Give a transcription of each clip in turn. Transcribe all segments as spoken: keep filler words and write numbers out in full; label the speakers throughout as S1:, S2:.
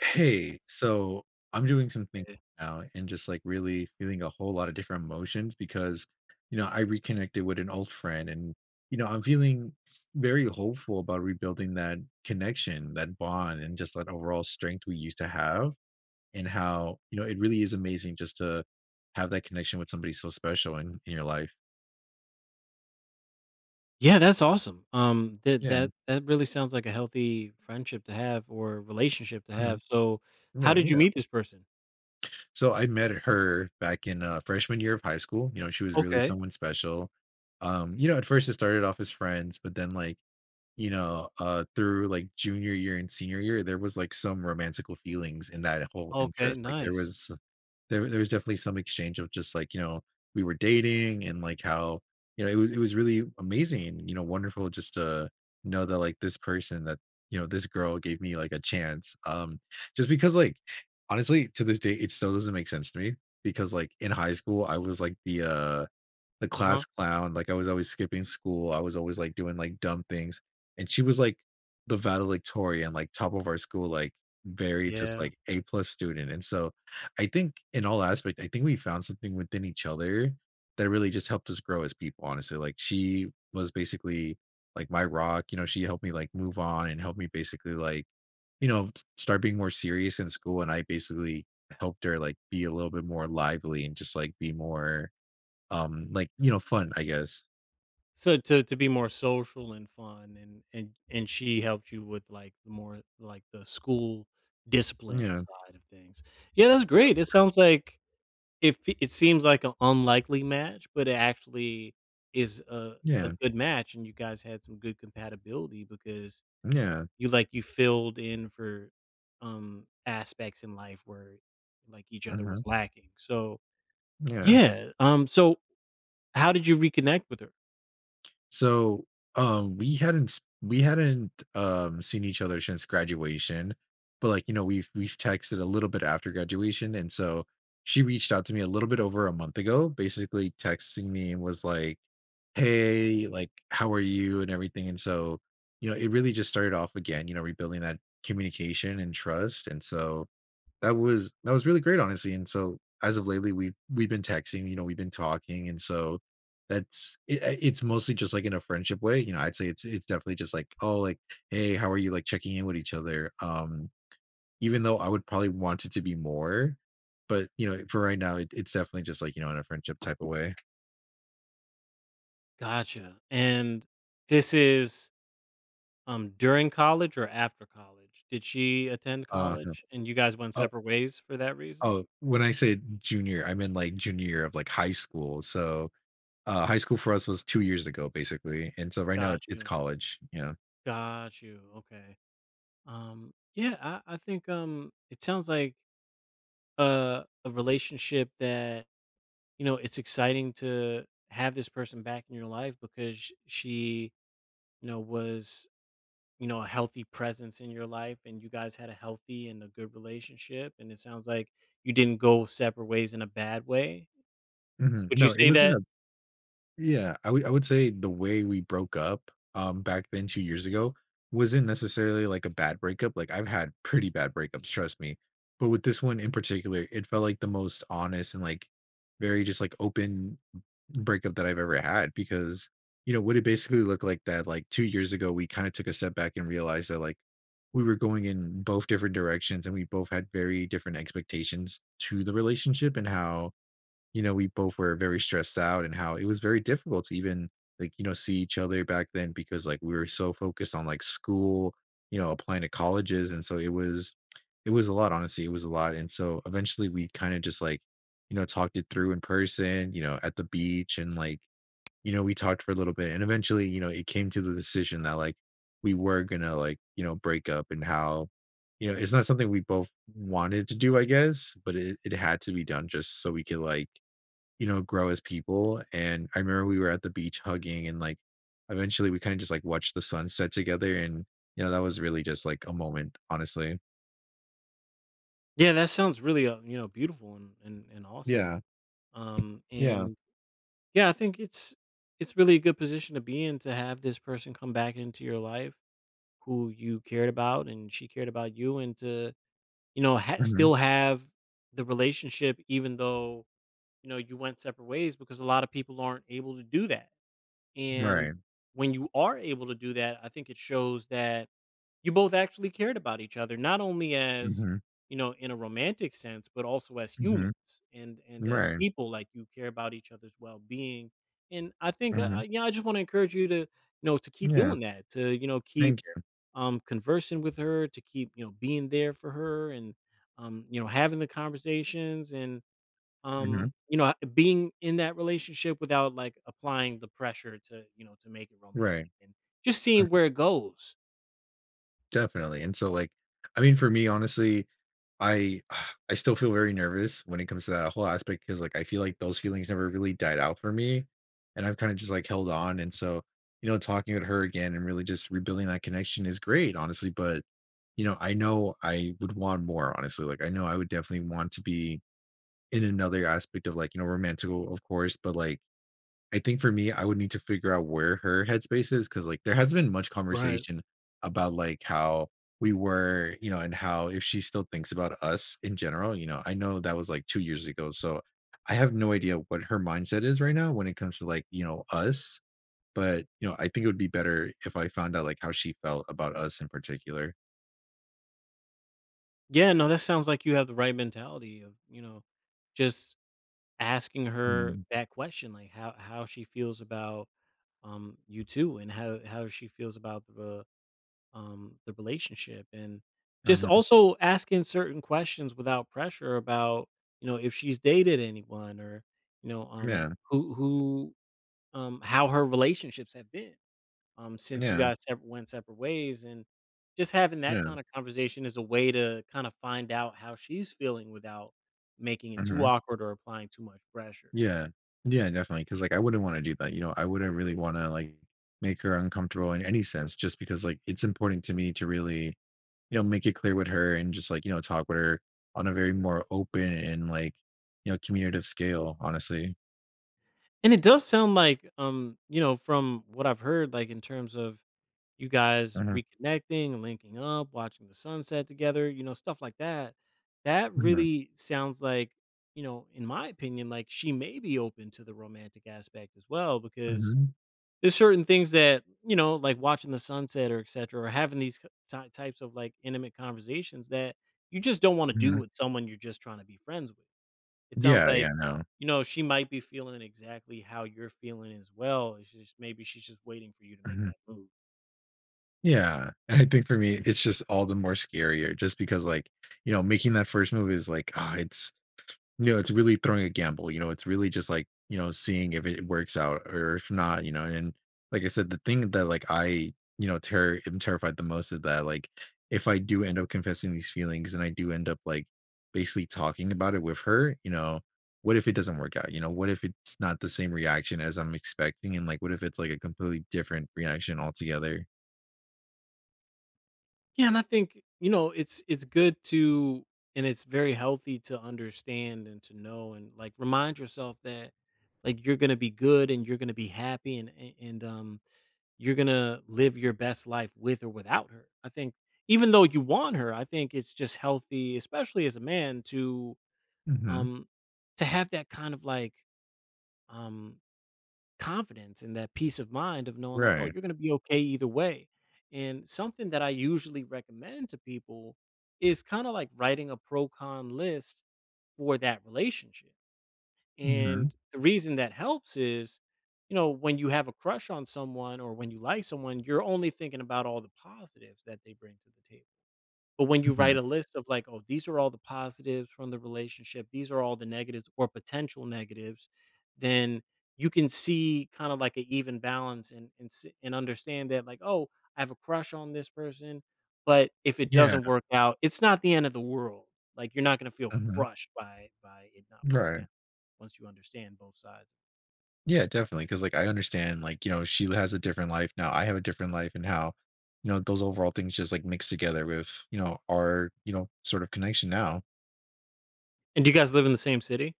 S1: Hey, so I'm doing some thinking now and just like really feeling a whole lot of different emotions because, you know, I reconnected with an old friend and, you know, I'm feeling s- very hopeful about rebuilding that connection, that bond, and just that overall strength we used to have. And how, you know, it really is amazing just to have that connection with somebody so special in, in your life.
S2: Yeah, that's awesome. Um, that
S1: Yeah.
S2: that that really sounds like a healthy friendship to have or relationship to
S1: Mhm.
S2: have. So, how
S1: Yeah.
S2: did you
S1: Yeah.
S2: meet this person?
S1: So I met her back in, uh, freshman year of high school. You know, she was really
S2: Okay,
S1: someone special. Um, you know, at first it started off as friends, but then, like, you know, uh, through like junior year and senior year, there was like some romantical feelings in that whole
S2: okay,
S1: interest. Like there
S2: nice.
S1: was, there there was definitely some exchange of just like, you know, we were dating. And like how, you know, it was it was really amazing, you know, wonderful, just to know that like this person that, you know, this girl gave me like a chance. Um, just because, like, honestly, to this day it still doesn't make sense to me because like in high school I was like the uh the
S2: Uh
S1: class
S2: huh.
S1: clown. Like, I was always skipping school, I was always, like, doing, like, dumb things, and she was, like, the valedictorian, like, top of our school, like, very just,
S2: Yeah.
S1: like, A-plus student. And so, I think in all aspect, I think we found something within each other that really just helped us grow as people, honestly. Like, she was basically, like, my rock. You know, she helped me, like, move on and helped me basically, like, you know, s start being more serious in school, and I basically helped her, like, be a little bit more lively and just, like, be more, um, like, you know, fun, I guess.
S2: So to to be more social and fun, and and and she helped you with like the more like the school discipline
S1: Yeah.
S2: side of things. Yeah, that's
S1: Yeah.
S2: great. It sounds like it. fe- It seems like an unlikely match, but it actually is a a
S1: Yeah.
S2: good match, and you guys had some good compatibility because
S1: Yeah.
S2: you, like, you filled in for, um, aspects in life where, like, each other
S1: Uh-huh.
S2: was lacking, so
S1: Yeah.
S2: yeah, um, so how did you reconnect with her?
S1: So, um, we hadn't s we hadn't, um, seen each other since graduation, but, like, you know, we've we've texted a little bit after graduation. And so she reached out to me a little bit over a month ago, basically texting me and was like, "Hey, like, how are you?" and everything. And so, you know, it really just started off again, you know, rebuilding that communication and trust. And so that was that was really great, honestly. And so, as of lately, we've we've been texting, you know, we've been talking. And so that's it I it's mostly just, like, in a friendship way. You know, I'd say it's it's definitely just like, "Oh, like, hey, how are you?" Like, checking in with each other. Um, even though I would probably want it to be more, but, you know, for right now, it it's definitely just, like, you know, in a friendship type of way.
S2: Gotcha, and this is, um, during college or after college? Did she attend
S1: Uh, yeah.
S2: college and you guys went
S1: Oh
S2: separate ways for that reason?
S1: oh, when I say junior, I mean like, junior year of, like, high school. So, uh, high school for us was two years ago, basically, and so right now it-
S2: Got
S1: it's
S2: you,
S1: college, yeah.
S2: got you, okay, um, yeah, I I think, um, it sounds like a a relationship that, you know, it's exciting to have this person back in your life because sh- she, you know, was, you know, a healthy presence in your life and you guys had a healthy and a good relationship. And it sounds like you didn't go separate ways in a bad way.
S1: Mhm.
S2: Would you
S1: No, it
S2: say
S1: wasn't
S2: that?
S1: a yeah, I would I would say the way we broke up, um, back then two years ago wasn't necessarily like a bad breakup. Like, I've had pretty bad breakups, trust me. But with this one in particular, it felt like the most honest and, like, very just, like, open breakup that I've ever had. Because, you know, what it basically looked like that, like, two years ago, we kinda took a step back and realized that, like, we were going in both different directions and we both had very different expectations to the relationship. And how, you know, we both were very stressed out, and how it was very difficult to even, like, you know, see each other back then, because like we were so focused on like school, you know, applying to colleges. And so it was, it was a lot, honestly. It was a lot. And so eventually we kind of just like, you know, talked it through in person, you know, at the beach. And like, you know, we talked for a little bit, and eventually, you know, it came to the decision that like we were gonna like, you know, break up. And how, you know, it's not something we both wanted to do, I guess, but it, it had to be done just so we could like, you know, grow as people. And I remember we were at the beach hugging and, like, eventually we kinda just, like, watched the sunset together. And, you know, that was really just, like, a moment, honestly.
S2: Yeah, that sounds really, uh, you know, beautiful and, and, and awesome.
S1: Yeah,
S2: Um,
S1: yeah.
S2: and yeah, I think it's, it's really a good position to be in to have this person come back into your life who you cared about and she cared about you. And to, you know, ha-
S1: Mhm,
S2: still have the relationship even though, you know, you went separate ways, because a lot of people aren't able to do that. And
S1: right.
S2: when you are able to do that, I think it shows that you both actually cared about each other, not only, as,
S1: Mhm,
S2: you know, in a romantic sense, but also as
S1: mhm,
S2: humans and and as
S1: right.
S2: people. Like, you care about each other's well-being. And I think, uh, uh,
S1: Mhm,
S2: yeah, I just want to encourage you to, you know, to keep
S1: yeah.
S2: doing that, to, you know, keep
S1: Thank you.
S2: um, conversing with her, to keep, you know, being there for her, and um, you know, having the conversations, and
S1: Mhm,
S2: um, you know, being in that relationship without like applying the pressure to, you know, to make it
S1: right.
S2: romantic, and just
S1: Mhm,
S2: seeing where it goes.
S1: definitely. And so, like, I mean, for me, honestly, I I still feel very nervous when it comes to that whole aspect, because like I feel like those feelings never really died out for me. And I've kind of just like held on. And so, you know, talking with her again and really just rebuilding that connection is great, honestly. But, you know, I know I would want more, honestly. Like I know I would definitely want to be in another aspect of, like, you know, romantical, of course, but like I think for me, I would need to figure out where her headspace is, because, like, there hasn't been much
S2: Right.
S1: conversation about, like, how we were, you know, and how if she still thinks about us in general, you know? I know that was, like, two years ago, so I have no idea what her mindset is right now when it comes to, like, you know, us, but, you know, I think it would be better if I found out, like, how she felt about us in particular.
S2: Yeah, no, that sounds like you have the right mentality of, you know, just asking her
S1: Mhm,
S2: that question, like how how she feels about, um you too, and how how she feels about the, um, the relationship, and just
S1: mhm.
S2: also asking certain questions without pressure about, you know, if she's dated anyone, or, you know, um
S1: Yeah,
S2: who who um how her relationships have been um since you
S1: yeah,
S2: guys sep- went separate ways, and just having that
S1: yeah,
S2: kind of conversation is a way to kind of find out how she's feeling without making it too
S1: mhm.
S2: awkward or applying too much pressure.
S1: Yeah. Yeah, definitely. Because, like, I wouldn't wanna do that, you know? I wouldn't really wanna, like, make her uncomfortable in any sense, just because, like, it's important to me to really, you know, make it clear with her and just, like, you know, talk with her on a very more open and, like, you know, communicative scale, honestly.
S2: And it does sound like, um you know, from what I've heard, like in terms of you guys
S1: Mhm.
S2: reconnecting, linking up, watching the sunset together, you know, stuff like that. That
S1: Mhm.
S2: really sounds like, you know, in my opinion, like she may be open to the romantic aspect as well, because
S1: Mhm.
S2: there's certain things that, you know, like watching the sunset or et cetera or having these k- ty- types of like intimate conversations that you just don't want to do
S1: Mhm.
S2: with someone you're just trying to be friends with. It sounds
S1: Yeah, yeah,
S2: like,
S1: no.
S2: you know, she might be feeling exactly how you're feeling as well. It's just maybe she's just waiting for you to make
S1: Mhm.
S2: that move.
S1: Yeah, and I think for me, it's just all the more scarier, just because, like, you know, making that first move is like, ah, it's no, it's really throwing a gamble. You know, it's really just, like, you know, seeing if it works out or if not, you know. And like I said, the thing that, like, I, you know, terror am terrified the most is that, like, if I do end up confessing these feelings, and I do end up, like, basically talking about it with her, you know, what if it doesn't work out? You know, what if it's not the same reaction as I'm expecting? And, like, what if it's, like, a completely different reaction altogether?
S2: Yeah, and I think, you know, it's it's good to and it's very healthy to understand and to know and like remind yourself that like you're going to be good and you're going to be happy, and and and, um you're going to live your best life with or without her. I think even though you want her, I think it's just healthy, especially as a man, to
S1: Mhm.
S2: um to have that kind of like um confidence and that peace of mind of knowing like, "Oh,
S1: Right.
S2: you're gonna be okay either way." And something that I usually recommend to people is kinda like writing a pro con list for that relationship.
S1: Mhm,
S2: And the reason that helps is, you know, when you have a crush on someone or when you like someone, you're only thinking about all the positives that they bring to the table. But when you write
S1: mhm.
S2: a list of like, "Oh, these are all the positives from the relationship. These are all the negatives or potential negatives," then you can see kind of like an even balance, and and s and understand that like, "Oh, I have a crush on this person, but if it
S1: Yeah,
S2: doesn't work out, it's not the end of the world." Like, you're not gonna feel
S1: mhm.
S2: crushed by by it not working
S1: Right.
S2: out once you understand both sides.
S1: Yeah, definitely. Cause like I understand, like, you know, she has a different life now. I have a different life. And how, you know, those overall things just like mix together with, you know, our, you know, sort of connection now.
S2: And do you guys live in the same city?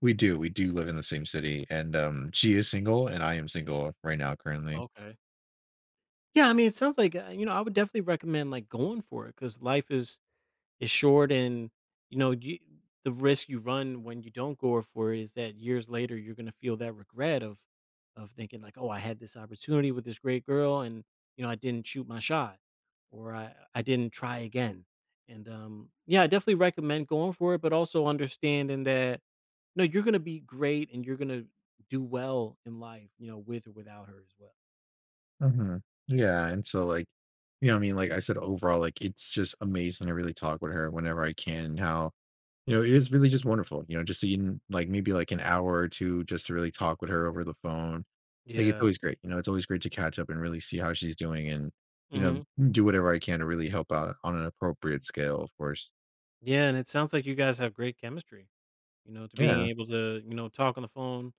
S1: We do, we do live in the same city. And um she is single and I am single right now currently.
S2: Okay. Yeah, I mean, it sounds like, uh, you know, I would definitely recommend, like, going for it, because life is is short, and you know, you, the risk you run when you don't go for it is that years later you're going to feel that regret of of thinking like, oh, I had this opportunity with this great girl and, you know, I didn't shoot my shot, or i i didn't try again. And um yeah, I definitely recommend going for it, but also understanding that, no, you're going to be great and you're going to do well in life, you know, with or without her as well.
S1: Hmm. Yeah. And so like, you know, what I mean, like I said, overall, like it's just amazing to really talk with her whenever I can. How, you know, it is really just wonderful, you know, just even, like, maybe, like, an hour or two just to really talk with her over the phone. Like, it's
S2: Yeah.
S1: always great, you know, it's always great to catch up and really see how she's doing. And, you know,
S2: Hmm.
S1: do whatever I can to really help out on an appropriate scale, of course.
S2: Yeah, and it sounds like you guys have great chemistry, you know, to
S1: Yeah,
S2: being able to, you know, talk on the phone,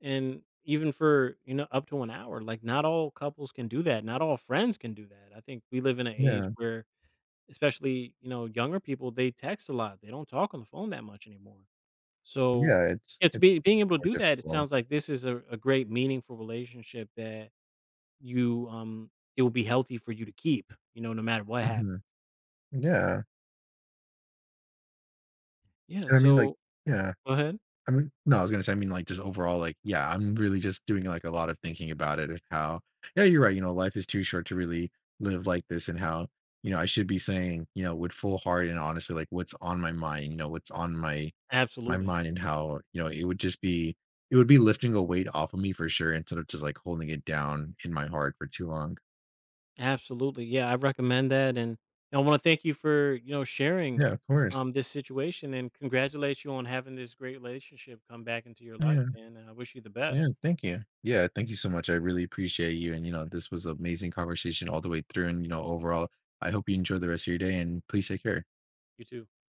S2: and even for, you know, up to an hour. Like, not all couples can do that. Not all friends can do that. I think we live in an age
S1: yeah,
S2: where, especially, you know, younger people, they text a lot. They don't talk on the phone that much anymore. So,
S1: yeah, it's
S2: yeah, to
S1: it's
S2: be being
S1: it's
S2: able to
S1: more
S2: do that, it
S1: difficult.
S2: sounds like this is a, a great, meaningful relationship that you, um, it will be healthy for you to keep, you know, no matter what happens.
S1: Mhm, yeah,
S2: Yeah.
S1: and I mean, like
S2: So,
S1: yeah.
S2: go ahead.
S1: I mean no, I was gonna say, I mean, like, just overall, like, yeah, I'm really just doing, like, a lot of thinking about it. And how, yeah, you're right, you know, life is too short to really live like this. And how, you know, I should be saying, you know, with full heart and honestly, like, what's on my mind, you know, what's on my my
S2: Absolutely.
S1: mind. And how, you know, it would just be it would be lifting a weight off of me for sure, instead of just, like, holding it down in my heart for too long.
S2: Absolutely. Yeah, I recommend that. And I want to thank you for, you know, sharing
S1: Yeah, of course.
S2: um, this situation and congratulate you on having this great relationship come back into your life.
S1: Yeah.
S2: And I wish you the
S1: Yeah,
S2: best.
S1: thank you. Yeah, thank you so much. I really appreciate you. And, you know, this was an amazing conversation all the way through. And, you know, overall, I hope you enjoy the rest of your day and please take care.
S2: You too.